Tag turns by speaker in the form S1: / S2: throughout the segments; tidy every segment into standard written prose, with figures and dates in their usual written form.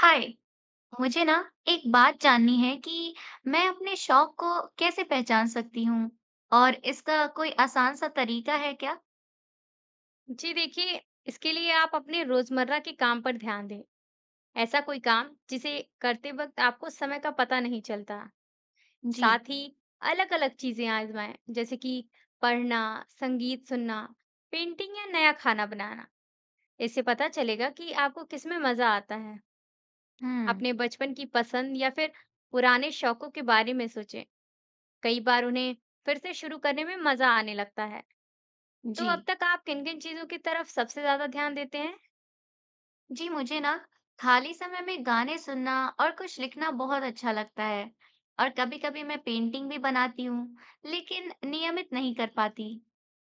S1: हाय। मुझे ना एक बात जाननी है कि मैं अपने शौक को कैसे पहचान सकती हूँ और इसका कोई आसान सा तरीका है क्या?
S2: जी देखिए, इसके लिए आप अपने रोजमर्रा के काम पर ध्यान दें। ऐसा कोई काम जिसे करते वक्त आपको समय का पता नहीं चलता।
S1: जी।
S2: साथ ही अलग-अलग चीजें आजमाएं, जैसे कि पढ़ना, संगीत सुनना, पेंटिंग या नया खाना बनाना। इससे पता चलेगा कि आपको किसमें मजा आता है।
S1: हम्म।
S2: अपने बचपन की पसंद या फिर पुराने शौकों के बारे में सोचें। कई बार उन्हें फिर से शुरू करने में मजा आने लगता है। तो
S1: जी।
S2: अब तक आप किन-किन चीजों की तरफ सबसे ज्यादा ध्यान देते हैं?
S1: जी मुझे ना खाली समय में गाने सुनना और कुछ लिखना बहुत अच्छा लगता है और कभी-कभी मैं पेंटिंग भी बनाती हूँ, लेकिन नियमित नहीं कर पाती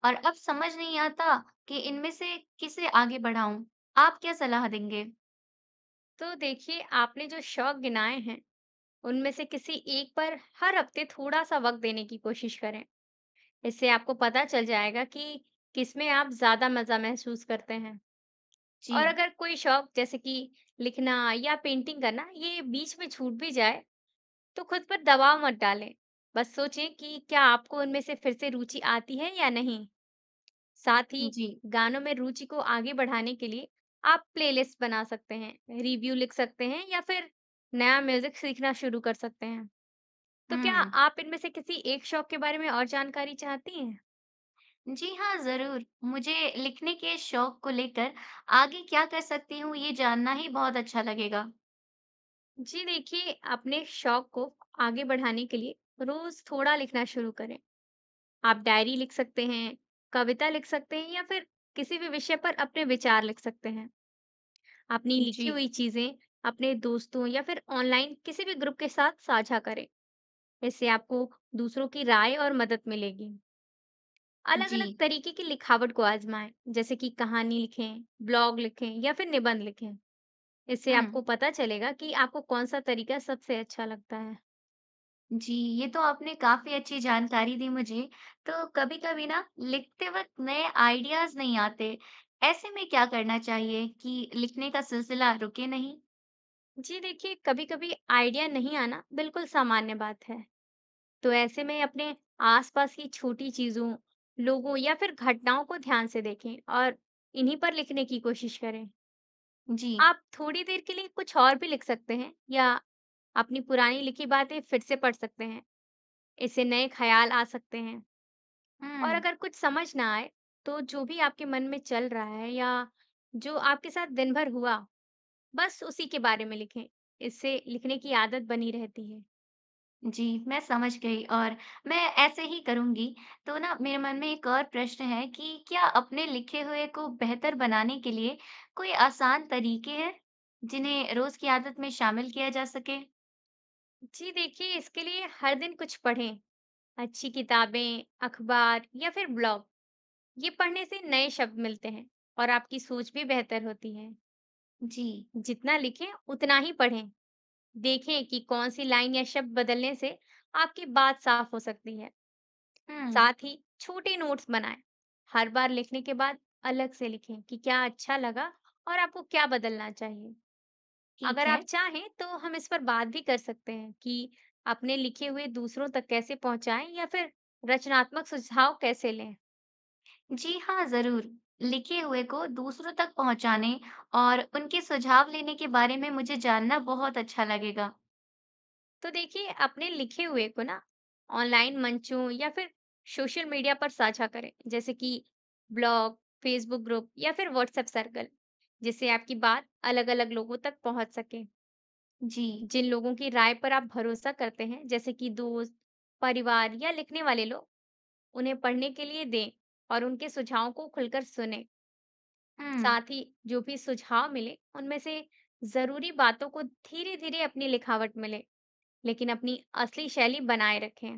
S1: और अब समझ नहीं आता कि इनमें से किसे आगे बढ़ाऊं। आप क्या सलाह देंगे?
S2: तो देखिए, आपने जो शौक गिनाए हैं उनमें से किसी एक पर हर हफ्ते थोड़ा सा वक्त देने की कोशिश करें। इससे आपको पता चल जाएगा कि किसमें आप ज्यादा मजा महसूस करते हैं।
S1: जी।
S2: और अगर कोई शौक जैसे कि लिखना या पेंटिंग करना ये बीच में छूट भी जाए, तो खुद पर दबाव मत डालें। बस सोचें कि क्या आपको उनमें से फिर से रुचि आती है या नहीं। साथ ही
S1: जी।
S2: गानों में रुचि को आगे बढ़ाने के लिए आप प्लेलिस्ट बना सकते हैं, रिव्यू लिख सकते हैं या फिर नया म्यूजिक सीखना शुरू कर सकते हैं। तो क्या
S1: हम्म।
S2: आप इनमें से किसी एक शौक के बारे में और जानकारी चाहती हैं?
S1: जी हाँ, ज़रूर। मुझे लिखने के शौक को लेकर आगे क्या कर सकती हूँ, ये जानना ही बहुत अच्छा लगेगा।
S2: जी देखिए, अपने शौक को आगे बढ़ाने के लिए रोज थोड़ा लिखना शुरू करें। आप डायरी लिख सकते हैं, कविता लिख सकते हैं या फिर किसी भी विषय पर अपने विचार लिख सकते हैं। अपनी
S1: जी।
S2: लिखी हुई चीजें अपने दोस्तों या फिर ऑनलाइन किसी भी ग्रुप के साथ साझा करें। इससे आपको दूसरों की राय और मदद मिलेगी।
S1: जी।
S2: अलग-अलग तरीके की लिखावट को आजमाएं, जैसे कि कहानी लिखें, ब्लॉग लिखें या फिर निबंध लिखें। इससे
S1: हुँ।
S2: आपको पता चलेगा कि आपको कौन सा तरीका सबसे अच्छा लगता है।
S1: जी, ये तो आपने काफ़ी अच्छी जानकारी दी मुझे। तो कभी-कभी ना लिखते वक़्त नए आइडियाज़ नहीं आते। ऐसे में क्या करना चाहिए कि लिखने का सिलसिला रुके नहीं?
S2: जी देखिए, कभी-कभी आइडिया नहीं आना बिल्कुल सामान्य बात है। तो ऐसे में अपने आसपास की छोटी चीजों, लोगों या फिर घटनाओं को ध्यान से देखें और इन्हीं पर लिखने की कोशिश करें।
S1: जी।
S2: आप थोड़ी देर के लिए कुछ और भी लिख सकते हैं या अपनी पुरानी लिखी बातें फिर से पढ़ सकते हैं। इससे नए ख्याल आ सकते हैं। और
S1: हुँ।
S2: अगर कुछ समझ ना आए तो जो भी आपके मन में चल रहा है या जो आपके साथ दिन भर हुआ, बस उसी के बारे में लिखें। इससे लिखने की आदत बनी रहती है।
S1: जी, मैं समझ गई और मैं ऐसे ही करूँगी। तो ना मेरे मन में एक और प्रश्न है कि क्या अपने लिखे हुए को बेहतर बनाने के लिए कोई आसान तरीके हैं, जिन्हें रोज़ की आदत में शामिल किया जा सके?
S2: जी देखिए, इसके लिए हर दिन कुछ पढ़ें, अच्छी किताबें, अखबार या फिर ब्लॉग। ये पढ़ने से नए शब्द मिलते हैं और आपकी सोच भी बेहतर होती है।
S1: जी।
S2: जितना लिखें उतना ही पढ़ें। देखें कि कौन सी लाइन या शब्द बदलने से आपकी बात साफ हो सकती है।
S1: हुँ।
S2: साथ ही छोटे नोट्स बनाएं। हर बार लिखने के बाद अलग से लिखें कि क्या अच्छा लगा और आपको क्या बदलना चाहिए।
S1: ठीक
S2: अगर
S1: है।
S2: आप चाहें तो हम इस पर बात भी कर सकते हैं कि अपने लिखे हुए दूसरों तक कैसे पहुंचाएं या फिर रचनात्मक सुझाव कैसे लें।
S1: जी हाँ, ज़रूर। लिखे हुए को दूसरों तक पहुँचाने और उनके सुझाव लेने के बारे में मुझे जानना बहुत अच्छा लगेगा।
S2: तो देखिए, अपने लिखे हुए को ना ऑनलाइन मंचों या फिर सोशल मीडिया पर साझा करें, जैसे कि ब्लॉग, फेसबुक ग्रुप या फिर व्हाट्सएप सर्कल, जिससे आपकी बात अलग अलग लोगों तक पहुंच सके।
S1: जी।
S2: जिन लोगों की राय पर आप भरोसा करते हैं, जैसे कि दोस्त, परिवार या लिखने वाले लोग, उन्हें पढ़ने के लिए दें और उनके सुझावों को खुलकर सुने।
S1: हुँ।
S2: साथ ही जो भी सुझाव मिले उनमें से जरूरी बातों को धीरे धीरे अपनी लिखावट में लें, लेकिन अपनी असली शैली बनाए रखें।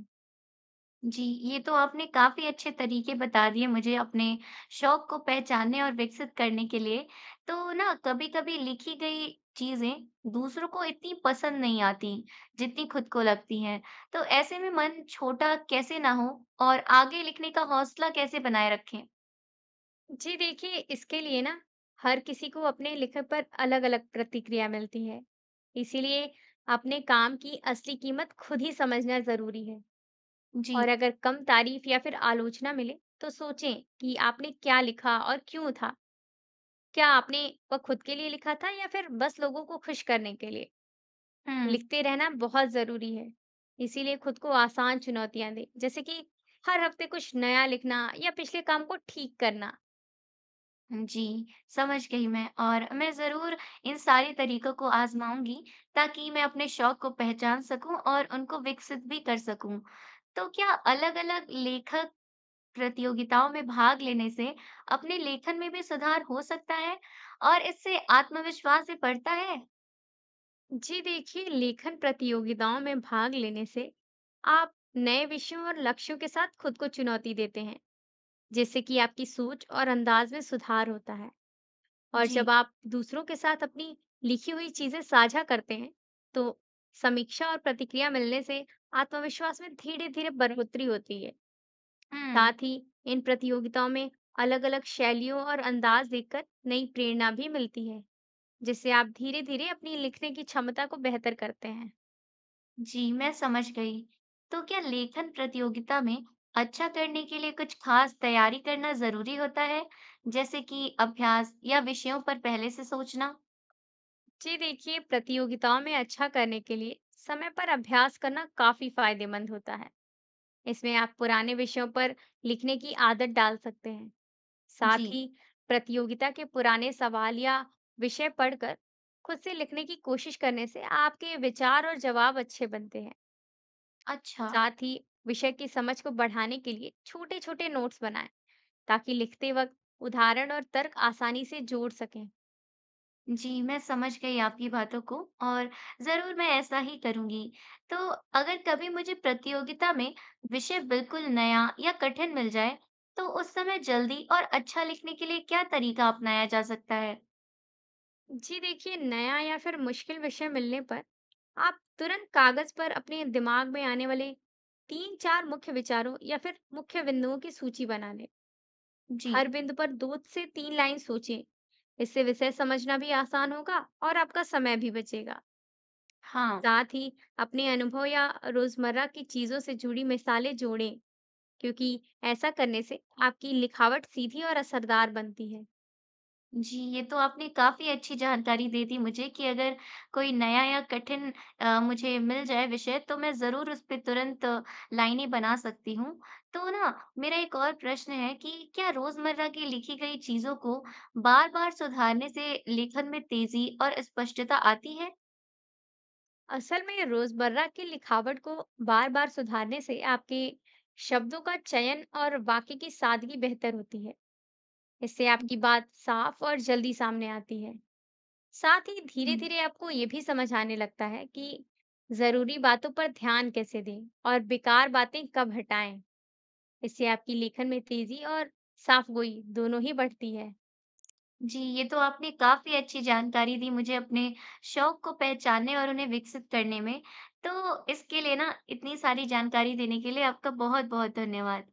S1: जी, ये तो आपने काफ़ी अच्छे तरीके बता दिए मुझे अपने शौक को पहचानने और विकसित करने के लिए। तो ना कभी-कभी लिखी गई चीज़ें दूसरों को इतनी पसंद नहीं आती, जितनी खुद को लगती हैं। तो ऐसे में मन छोटा कैसे ना हो और आगे लिखने का हौसला कैसे बनाए रखें?
S2: जी देखिए, इसके लिए ना हर किसी को अपने लेखक पर अलग-अलग प्रतिक्रिया मिलती है। इसीलिए अपने काम की असली कीमत खुद ही समझना जरूरी है।
S1: जी।
S2: और अगर कम तारीफ या फिर आलोचना मिले तो सोचें कि आपने क्या लिखा और क्यों था। क्या आपने वह खुद के लिए लिखा था या फिर बस लोगों को खुश करने के लिए।
S1: हुँ।
S2: लिखते रहना बहुत जरूरी है। इसीलिए खुद को आसान चुनौतियां दें, जैसे कि हर हफ्ते कुछ नया लिखना या पिछले काम को ठीक करना।
S1: जी समझ गई मैं और मैं ज़रूर इन सारे तरीकों को आजमाऊंगी ताकि मैं अपने शौक को पहचान सकूं और उनको विकसित भी कर सकूं। तो क्या अलग-अलग लेखक प्रतियोगिताओं में भाग लेने से अपने लेखन में भी सुधार हो सकता है और इससे आत्मविश्वास भी बढ़ता है?
S2: जी देखिए, लेखन प्रतियोगिताओं में भाग लेने से आप नए विषयों और लक्ष्यों के साथ खुद को चुनौती देते हैं, जिससे कि आपकी सोच और अंदाज में सुधार होता है। और
S1: जी।
S2: जब आप दूसरों के साथ अपनी लिखी हुई चीजें साझा करते हैं, तो समीक्षा और प्रतिक्रिया मिलने से आत्मविश्वास में धीरे धीरे बढ़ोतरी होती है।
S1: हम्म।
S2: साथ ही इन प्रतियोगिताओं में अलग अलग शैलियों और अंदाज देखकर नई प्रेरणा भी मिलती है, जिससे आप धीरे धीरे अपनी लिखने की क्षमता को बेहतर करते हैं।
S1: जी, मैं समझ गई। तो क्या लेखन प्रतियोगिता में अच्छा करने के लिए कुछ खास तैयारी करना जरूरी होता है, जैसे कि अभ्यास या विषयों पर पहले से सोचना?
S2: जी देखिए, प्रतियोगिताओं में अच्छा करने के लिए समय पर अभ्यास करना काफी फायदेमंद होता है। इसमें आप पुराने विषयों पर लिखने की आदत डाल सकते हैं। साथ
S1: जी।
S2: ही प्रतियोगिता के पुराने सवाल या विषय पढ़कर खुद से लिखने की कोशिश करने से आपके विचार और जवाब अच्छे बनते हैं।
S1: अच्छा।
S2: साथ ही विषय की समझ को बढ़ाने के लिए छोटे छोटे नोट्स बनाएं, ताकि लिखते वक्त उदाहरण और तर्क आसानी से जोड़ सकें।
S1: जी, मैं समझ गई आपकी बातों को और जरूर मैं ऐसा ही करूंगी। तो अगर कभी मुझे प्रतियोगिता में विषय बिल्कुल नया या कठिन मिल जाए, तो उस समय जल्दी और अच्छा लिखने के लिए क्या तरीका अपनाया जा सकता है?
S2: जी देखिए, नया या फिर मुश्किल विषय मिलने पर आप तुरंत कागज पर अपने दिमाग में आने वाले तीन चार मुख्य विचारों या फिर मुख्य बिंदुओं की सूची बना लें।
S1: जी।
S2: हर बिंदु पर दो से तीन लाइन सोचें। इससे विषय समझना भी आसान होगा और आपका समय भी बचेगा।
S1: हाँ।
S2: साथ ही अपने अनुभव या रोजमर्रा की चीजों से जुड़ी मिसालें जोड़ें, क्योंकि ऐसा करने से आपकी लिखावट सीधी और असरदार बनती है।
S1: जी, ये तो आपने काफ़ी अच्छी जानकारी दे दी मुझे कि अगर कोई नया या कठिन मुझे मिल जाए विषय तो मैं ज़रूर उस पे तुरंत लाइनें बना सकती हूँ। तो ना मेरा एक और प्रश्न है कि क्या रोज़मर्रा की लिखी गई चीज़ों को बार-बार सुधारने से लेखन में तेज़ी और स्पष्टता आती है?
S2: असल में रोजमर्रा की लिखावट को बार बार सुधारने से आपके शब्दों का चयन और वाक्य की सादगी बेहतर होती है। इससे आपकी बात साफ और जल्दी सामने आती है। साथ ही
S1: हुँ।
S2: धीरे धीरे आपको ये भी समझ आने लगता है कि जरूरी बातों पर ध्यान कैसे दें और बेकार बातें कब हटाएं। इससे आपकी लेखन में तेजी और साफगोई दोनों ही बढ़ती है।
S1: जी, ये तो आपने काफ़ी अच्छी जानकारी दी मुझे अपने शौक को पहचानने और उन्हें विकसित करने में। तो इसके लिए ना इतनी सारी जानकारी देने के लिए आपका बहुत-बहुत धन्यवाद।